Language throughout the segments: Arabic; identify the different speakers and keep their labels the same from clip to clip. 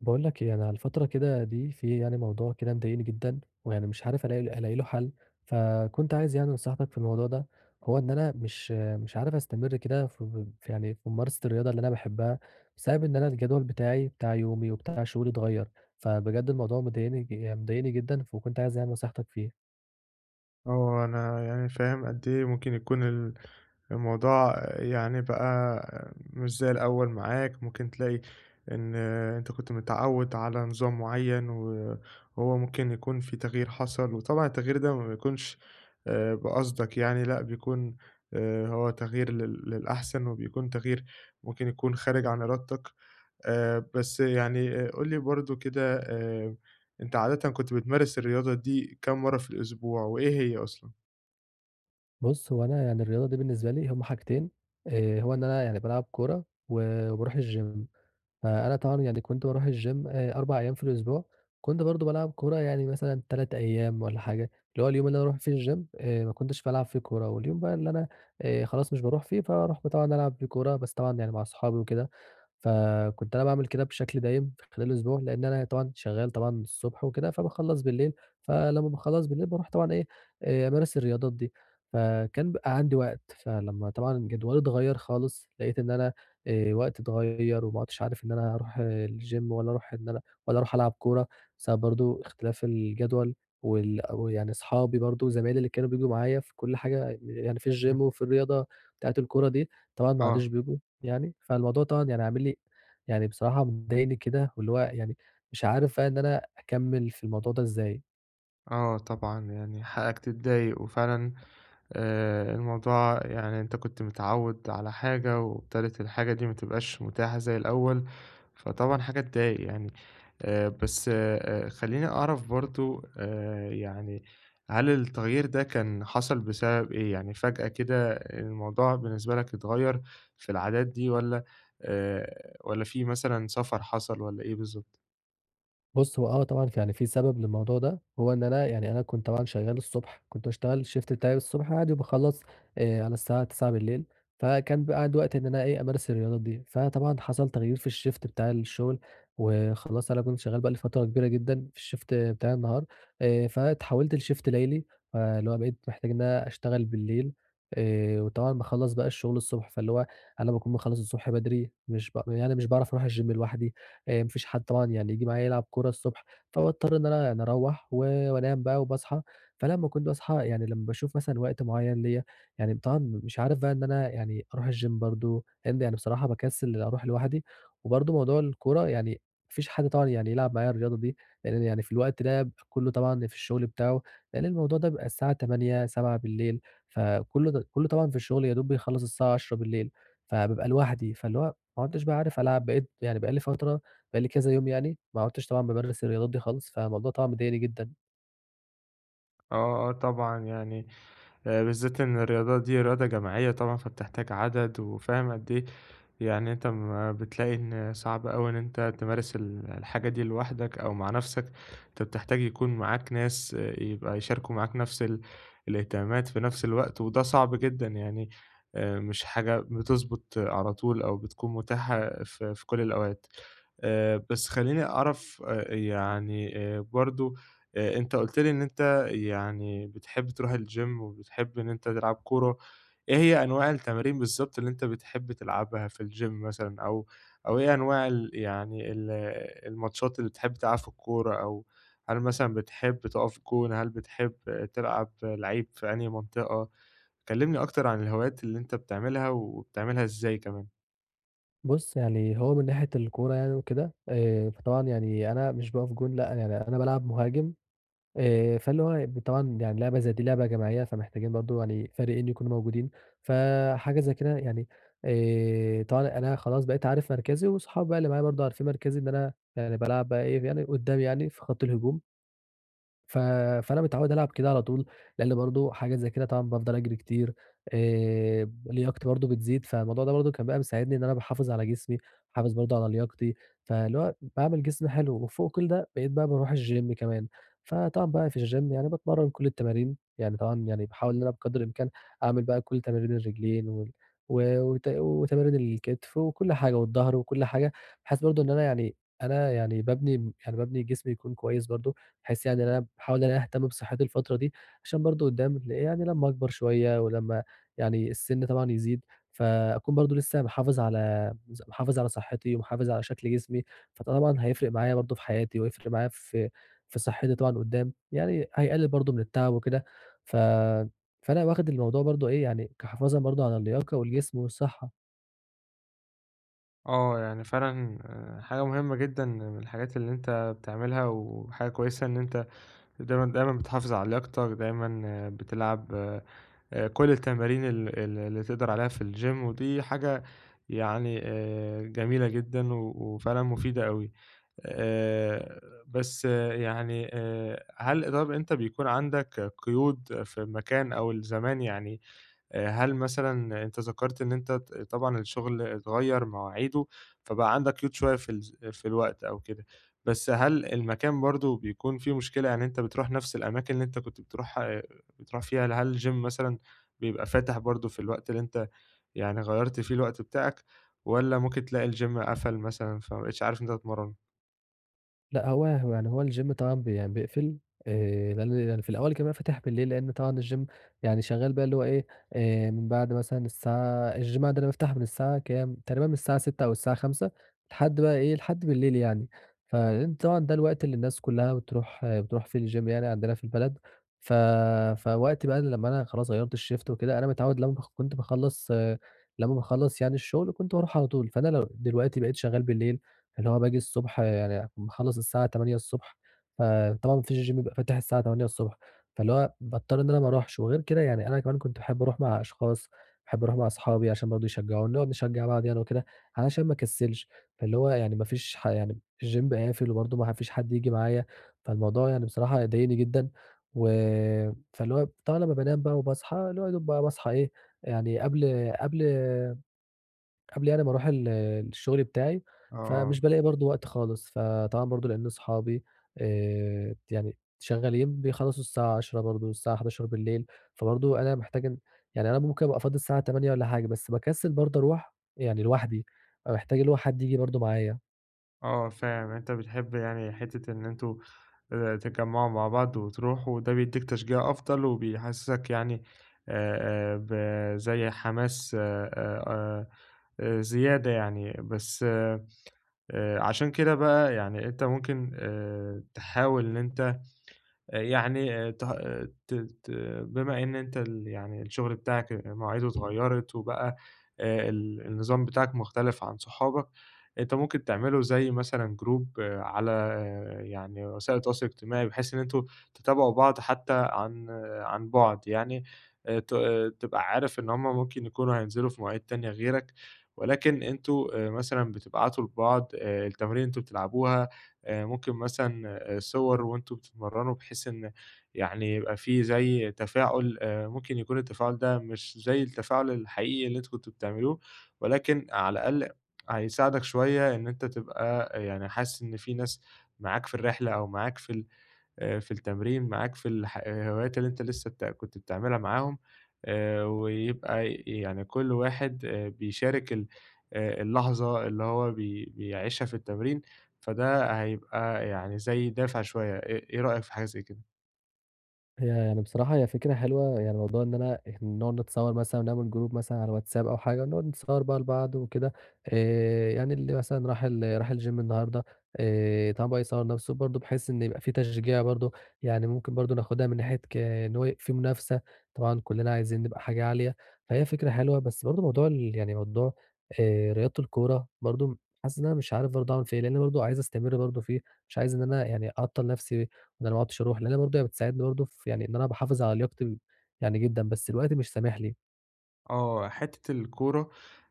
Speaker 1: باقول لك إيه، أنا الفترة كده دي في يعني موضوع كده مضايقني جدًا، ويعني مش عارف ألاقي له حل، فكنت عايز يعني نصيحتك في الموضوع ده، هو إن أنا مش عارف أستمر كده ف في يعني في ممارسة الرياضة اللي أنا باحبها، بسبب إن أنا الجدول بتاعي، بتاع يومي وبتاع شغلي اتغيّر، فبجد الموضوع مضايقني جدًا، فكنت عايز يعني نصيحتك فيه.
Speaker 2: آه، أنا يعني فاهم قد إيه ممكن يكون الموضوع يعني بقى مش زي الأول معاك. ممكن تلاقي إن أنت كنت متعود على نظام معين، وهو ممكن يكون في تغيير حصل. وطبعا التغيير ده ما بيكونش آه، بقصدك يعني لأ بيكون آه، هو تغيير للأحسن، وبيكون تغيير ممكن يكون خارج عن إرادتك. بس يعني قُل لي برضه كده، أنت عادةً كنت بتمارس الرياضة دي كام مرّة في الأسبوع، وإيه هي أصلًا؟
Speaker 1: بُص، هو أنا يعني الرياضة دي بالنسبة لي هم حاجتين، هو إن أنا يعني بالعب كورة وباروح الgym. فأنا طبعًا يعني كنت باروح الgym 4 أيام في الأسبوع، كنت برضه بالعب كورة يعني مثلًا 3 أيام والّا حاجة، اللي هو اليوم اللي أنا أروح فيه الgym ما كنتش بالعب فيه كورة، واليوم بقى اللي أنا خلاص مش باروح فيه، فأروح طبعًا ألعب فيه كورة، بس طبعًا يعني مع صحابي وكده. فكنت أنا باعمل كده بشكل دايم في خلال الأسبوع، لإن أنا طبعًا شغّال طبعًا الصبح وكده، فباخلّص بالليل، فلمّا باخلّص بالليل باروح طبعًا إيه، أمارس الرياضات دي، فكان بيبقى عندي وقت، فلمّا طبعًا جدولي اتغيّر خالص، لقيت إن أنا وقتي اتغيّر وما عُدتش عارف إن أنا هاروح الgym ولا أروح ألعب كورة، بسبب برضه اختلاف الجدول ويعني أصحابي برضه زمايلي اللي كانوا بييجوا معايا في كل حاجة يعني في الgym
Speaker 2: إمم،
Speaker 1: وفي الرياضة بتاعة الكورة دي، طبعًا ما
Speaker 2: آه.
Speaker 1: عادوش بييجوا. يعني، فالموضوع طبعًا يعني عامل لي يعني بصراحة مضايقني كده، واللي هو يعني مش عارف بقى إن أنا أكمّل في الموضوع ده إزاي.
Speaker 2: آه طبعًا، يعني حقك تتضايق، وفعلًا الموضوع يعني أنت كنت متعوّد على حاجة، وابتدت الحاجة دي ما تبقاش متاحة زي الأول، فطبعًا حاجة تضايق يعني. بس خلّيني أعرف برضه يعني هل التغيير ده كان حصل بسبب إيه؟ يعني فجأة كده الموضوع بالنسبة لك اتغيّر في العادات دي، والّا والّا في مثلًا سفر حصل، والّا إيه بالضبط؟
Speaker 1: بُص، هو آه طبعًا يعني في سبب للموضوع ده، هو إن أنا يعني أنا كنت طبعًا شغّال الصبح، كنت باشتغل الShift بتاعي الصبح عادي وباخلّص على الساعة 21:00، فكان بقى عندي وقت إن أنا إيه، أمارس الرياضات دي. فطبعًا حصل تغيير في الShift بتاع الشغل، وخلاص أنا كنت شغّال بقى لي فترة كبيرة جدًا في الShift بتاع النهار، فاتحوّلت لShift ليلي، فاللي هو بقيت محتاج إن أنا أشتغل بالليل، وطبعًا باخلّص بقى الشغل الصبح، فاللي هو أنا باكون مخلّص الصبح بدري، مش ب يعني مش باعرف أروح الGym لوحدي، ما فيش حد طبعًا يعني ييجي معايا يلعب كورة الصبح، فباضطر إن أنا يعني أروّح و وأنام بقى وباصحى، فلمّا كنت باصحى يعني لمّا باشوف مثلًا وقت معيّن ليّا، يعني طبعًا مش عارف بقى إن أنا يعني أروح الgym برضه، لإن يعني بصراحة باكسّل أروح لوحدي، وبرضه موضوع الكورة يعني ما فيش حد طبعًا يعني يلعب معايا الرياضة دي، لإن يعني في الوقت ده بيبقى كلّه طبعًا في الشغل بتاعه، لإن الموضوع ده بيبقى الساعة 20:00، 19:00، فكلّه د كلّه طبعًا في الشغل يا دوب بيخلّص الساعة 22:00، فبابقى لوحدي، فاللي هو ما عُدتش بقى عارف ألعب، بقيت يعني بقى لي كذا يوم يعني، ما عُدتش طبعًا بامارس الرياضات دي خالص، فالموضوع طبعًا مضايقني جدًا.
Speaker 2: آه، آه طبعًا، يعني بالذات إن الرياضة دي رياضة جماعية طبعًا، فبتحتاج عدد، وفاهم قد إيه يعني. أنت بتلاقي إن صعب أوي إن أنت تمارس الحاجة دي لوحدك أو مع نَفْسك، أنت بتحتاج يكون معاك ناس. آه، يبقى يشاركوا معاك نَفْس الاهتمامات في نَفْس الوقت، وده صعب جدًا يعني. مش حاجة بتضبط على طول، أو بتكون متاحة في كل الأوقات. بس خلّيني أعرف يعني برضه أنت قُلت لي إن أنت يعني بتحب تروح الgym وبتحب إن أنت تلعب كورة. إيه هي أنواع التمارين بالضبط اللي أنت بتحب تلعبها في الgym مثلًا أو أو إيه أنواع ال يعني ال الماتشات اللي بتحب تلعب في الكورة أو هل مثلًا بتحب تقف جون، هل بتحب تلعب لعيب في أنهي منطقة؟ كلّمني أكتر عن الهوايات اللي أنت بتعملها وبتعملها إزاي كمان.
Speaker 1: بُص، يعني هو من ناحية الكورة يعني وكده، فطبعًا يعني أنا مش باقف جون لأ، يعني أنا بالعب مهاجم، فاللي هو طبعًا يعني لعبة زي دي لعبة جماعية، فمحتاجين برضه يعني فريقين يكونوا موجودين، فحاجة زي كده يعني طبعًا أنا خلاص بقيت عارف مركزي وصحابي بقى اللي معايا برضه عارفين مركزي، إن أنا يعني بالعب بقى إيه، يعني قدّام يعني في خط الهجوم. ف فأنا متعوّد ألعب كده على طول، لإن برضه حاجات زي كده طبعًا بافضل أجري كتير، لياقتي برضه بتزيد، فالموضوع ده برضه كان بقى مساعدني إن أنا باحافظ على جسمي، باحافظ برضه على لياقتي، فاللي هو باعمل جسم حلو، وفوق كل ده بقيت بقى باروح الgym كمان، فطبعًا بقى في الgym يعني باتمرّن كل التمارين، يعني طبعًا يعني باحاول إن أنا بقدر الإمكان أعمل بقى كل تمارين الرجلين وال و وت وتمارين الكتف وكل حاجة والضهر وكل حاجة، بحيث برضه إن أنا يعني أنا يعني بابني جسمي يكون كويس برضه. بحيث يعني إن أنا باحاول إن أنا أهتم بصحتي الفترة دي، عشان برضه قدّام ل يعني لمّا أكبر شوية ولمّا يعني السِن طبعًا يزيد، فأكون برضه لسه محافظ على صحتي ومحافظ على شكل جسمي، فطبعًا هيفرق معايا برضه في حياتي وهيفرق معايا في صحتي طبعًا قدّام، يعني هيقلل برضه من التعب وكده، ف فأنا واخد الموضوع برضه إيه، يعني كحفاظًا برضه على اللياقة والجسم والصحة.
Speaker 2: آه، يعني فعلًا آه، حاجة مهمة جدًا من الحاجات اللي أنت بتعملها وحاجة كويسة إن أنت دايمًا، دايمًا بتحافظ على لياقتك، دايمًا آه، بتلعب كل التمارين ال ال اللي تقدر عليها في الgym ودي حاجة يعني جميلة جدًا و وفعلًا مفيدة أوي. آآ بس آه، يعني هل طَب أنت بيكون عندك قيود في المكان أو الزمان؟ يعني هل مثلًا أنت ذكرت إن أنت طبعًا الشغل اتغيّر مواعيده، فبقى عندك قيود شوية في الوقت أو كده، بس هل المكان برضه بيكون فيه مشكلة؟ يعني أنت بتروح نفس الأماكن اللي أنت كنت بتروح آه، بتروح فيها، هل الgym مثلًا بيبقى فاتح برضه في الوقت اللي أنت يعني غيّرت فيه الوقت بتاعك، والّا ممكن تلاقي الgym قفل مثلًا، فما بقيتش عارف إن أنت تتمرّن؟
Speaker 1: لأ هو الgym طبعًا بي يعني بيقفل، لأن يعني في الأول كان بيبقى فاتح بالليل، لأن طبعًا الgym يعني شغال بقى اللي هو إيه، من بعد مثلًا الساعة الgym عندنا بيفتح من الساعة كام، تقريبًا من الساعة 18:00 أو الساعة 17:00 لحد بقى إيه، لحد بالليل يعني. فلأن طبعًا ده الوقت اللي الناس كلها بتروح فيه الgym يعني عندنا في البلد، ف فوقت بقى لمّا أنا خلاص غيّرت الshift وكده، أنا متعوّد لمّا باخلّص يعني الشغل كنت باروح على طول، فأنا لو دلوقتي بقيت شغال بالليل اللي هو باجي الصبح يعني أكون باخلّص الساعة 08:00 ص، فطبعًا ما فيش الgym بيبقى فاتح الساعة 08:00 ص، فاللي هو باضطر إن أنا ما أروحش، وغير كده يعني أنا كمان كنت باحب أروح مع أشخاص، باحب أروح مع أصحابي عشان برضه يشجعوني، نقعد نشجع بعض يعني وكده، علشان ما أكسلش، فاللي هو يعني ما فيش ح يعني الgym قافل وبرضه ما فيش حد ييجي معايا، فالموضوع يعني بصراحة ضايقني جدًا، و فاللي هو طبعًا لمّا بانام بقى وباصحى، اللي هو يا دوب بقى باصحى إيه، يعني قبل يعني ما أروح الشغل بتاعي،
Speaker 2: آه،
Speaker 1: فمش بالاقي برضه وقت خالص، فطبعًا برضه لإن أصحابي يعني شغالين بيخلّصوا الساعة 22:00 برضه، الساعة 23:00، فبرضه أنا محتاج إن يعني أنا ممكن أبقى فاضي الساعة 20:00 والّا حاجة، بس باكسل برضه أروح يعني لوحدي، فمحتاج اللي هو حد ييجي برضه معايا.
Speaker 2: آه فاهم، أنت بتحب يعني حتّة إن أنتم تتجمّعوا مع بعض وتروحوا، وده بيدّيك تشجيع أفضل، وبيحسّسك يعني آآ آآ ب زي حماس زيادة يعني. بس عشان كده بقى يعني أنت ممكن تحاول إن أنت يعني آه، ته آه، ت ت بما إن أنت يعني الشغل بتاعك آه، مواعيده اتغيّرت، وبقى ال النظام بتاعك مختلف عن صحابك، أنت ممكن تعملوا زي مثلًا group آه، على آه، يعني وسائل التواصل الاجتماعي، بحيث إن أنتم تتابعوا بعض حتى عن آه، عن بُعد يعني. ت آه، تبقى عارف إن هُم ممكن يكونوا هينزلوا في مواعيد تانية غيرك، ولكن أنتم مثلًا بتبعتوا لبعض التمارين اللي أنتم بتلعبوها. ممكن مثلًا صور وأنتم بتتمرّنوا، بحيث إن يعني يبقى في زي تفاعل. ممكن يكون التفاعل ده مش زي التفاعل الحقيقي اللي أنتم كنتم بتعملوه، ولكن على الأقل هيساعدك شوية إن أنت تبقى آه، يعني حاسس إن في ناس معاك في الرحلة، أو معاك في التمرين، معاك في الح الهوايات اللي أنت لسه كنت بتعملها معاهم. ويبقى يعني كل واحد بيشارك ال اللحظة اللي هو بيعيشها في التمرين، فده هيبقى يعني زي دافع شوية. إيه رأيك في حاجة زي كده؟
Speaker 1: هي فكرة حلوة يعني موضوع إن أنا إيه، نقعد نتصور مثلًا ونعمل جروب مثلًا على واتساب أو حاجة ونقعد نتصور بقى لبعض وكده، يعني اللي مثلًا راح الgym النهارده طبعًا بقى يصور نفسه برضه بحيث إن يبقى في تشجيع برضه، يعني ممكن برضه ناخدها من ناحية ك إن هو في منافسة، طبعًا كلنا عايزين نبقى حاجة عالية، فهي فكرة حلوة بس برضه موضوع ال يعني موضوع رياضة الكورة برضه حاسس إن أنا مش عارف برضه أعمل فيها إيه، لإن برضه عايز أستمر برضه فيه، مش عايز إن أنا يعني أعطّل نفسي إن أنا ما اعودش أروح، لإن أنا برضه هي بتساعدني برضه في يعني إن أنا باحافظ على لياقتي يعني جدًا، بس الوقت مش سامح لي.
Speaker 2: آه، حتّة الكورة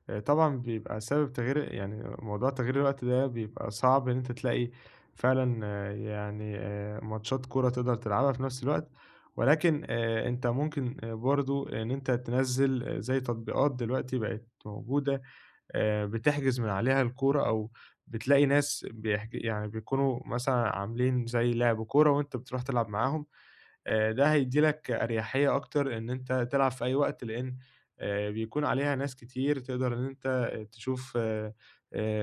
Speaker 2: طبعًا بيبقى سبب تغيير، يعني موضوع تغيير الوقت ده بيبقى صعب إن أنت تلاقي فعلًا آه، يعني ماتشات كورة تقدر تلعبها في نفس الوقت، ولكن أنت ممكن برضه إن أنت تنزّل آه، زي تطبيقات دلوقتي بقت موجودة، بتحجز من عليها الكورة، أو بتلاقي ناس يعني بيكونوا مثلًا عاملين زي لعب كورة، وأنت بتروح تلعب معاهم. ده هيدّي لك أريحية أكتر إن أنت تلعب في أي وقت، لإن بيكون عليها ناس كتير. تقدر إن أنت آه، تشوف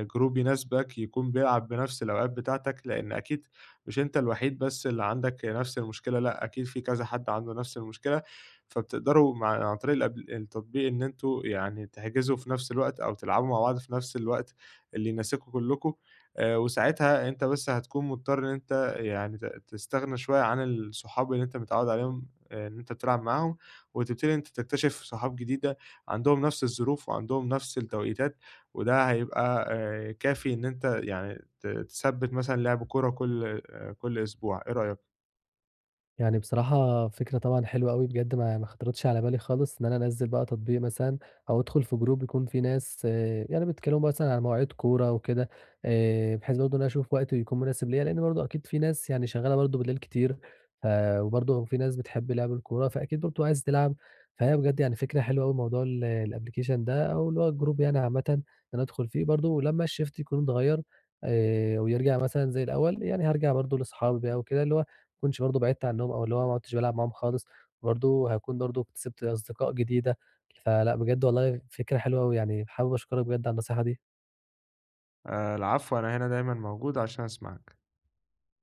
Speaker 2: group يناسبك، يكون بيلعب بنفس الأوقات بتاعتك، لإن أكيد مش أنت الوحيد بس اللي عندك نفس المشكلة، لأ أكيد في كذا حد عنده نفس المشكلة، فبتقدروا عن طريق الأبل التطبيق إن أنتم يعني تحجزوا في نفس الوقت، أو تلعبوا مع بعض في نفس الوقت اللي يناسبكم كلّكم. وساعتها أنت بس هتكون مضطر إن أنت يعني تستغنى شوية عن الصحاب اللي أنت متعوّد عليهم إن أنت بتلعب معاهم، وتبتدي إن أنت تكتشف صحاب جديدة عندهم نفس الظروف، وعندهم نفس التوقيتات، وده هيبقى كافي إن أنت يعني تثبّت مثلًا لعب كورة كل آه، كل أسبوع. إيه رأيك؟
Speaker 1: يعني بصراحة فكرة طبعًا حلوة أوي بجد ما خطرتش على بالي خالص إن أنا أنزّل بقى تطبيق مثلًا أو أدخل في group يكون فيه ناس آه، يعني بيتكلموا مثلًا عن مواعيد كورة وكده، بحيث برضه إن أنا أشوف وقت يكون مناسب ليّا، لإن برضه أكيد في ناس يعني شغالة برضه بالليل كتير، ف وبرضه في ناس بتحب لعب الكورة، فأكيد برضه عايزة تلعب، فهي بجد يعني فكرة حلوة أوي موضوع الapplication ده أو اللي هو الgroup يعني عامةً إن أنا أدخل فيه، برضه لمّا الshift يكون اتغيّر ويرجع مثلًا زي الأول، يعني هارجع برضه لأصحابي بقى وكده اللي هو كنتش برضه بعدت عنّهم أو اللي هو ما عُدتش بالعب معاهم خالص، برضه هاكون برضه اكتسبت أصدقاء جديدة، فلأ بجد والله فكرة حلوة أوي، يعني حابب أشكرك بجد على النصيحة دي.
Speaker 2: العفو، أنا هنا دايمًا موجود عشان أسمعك.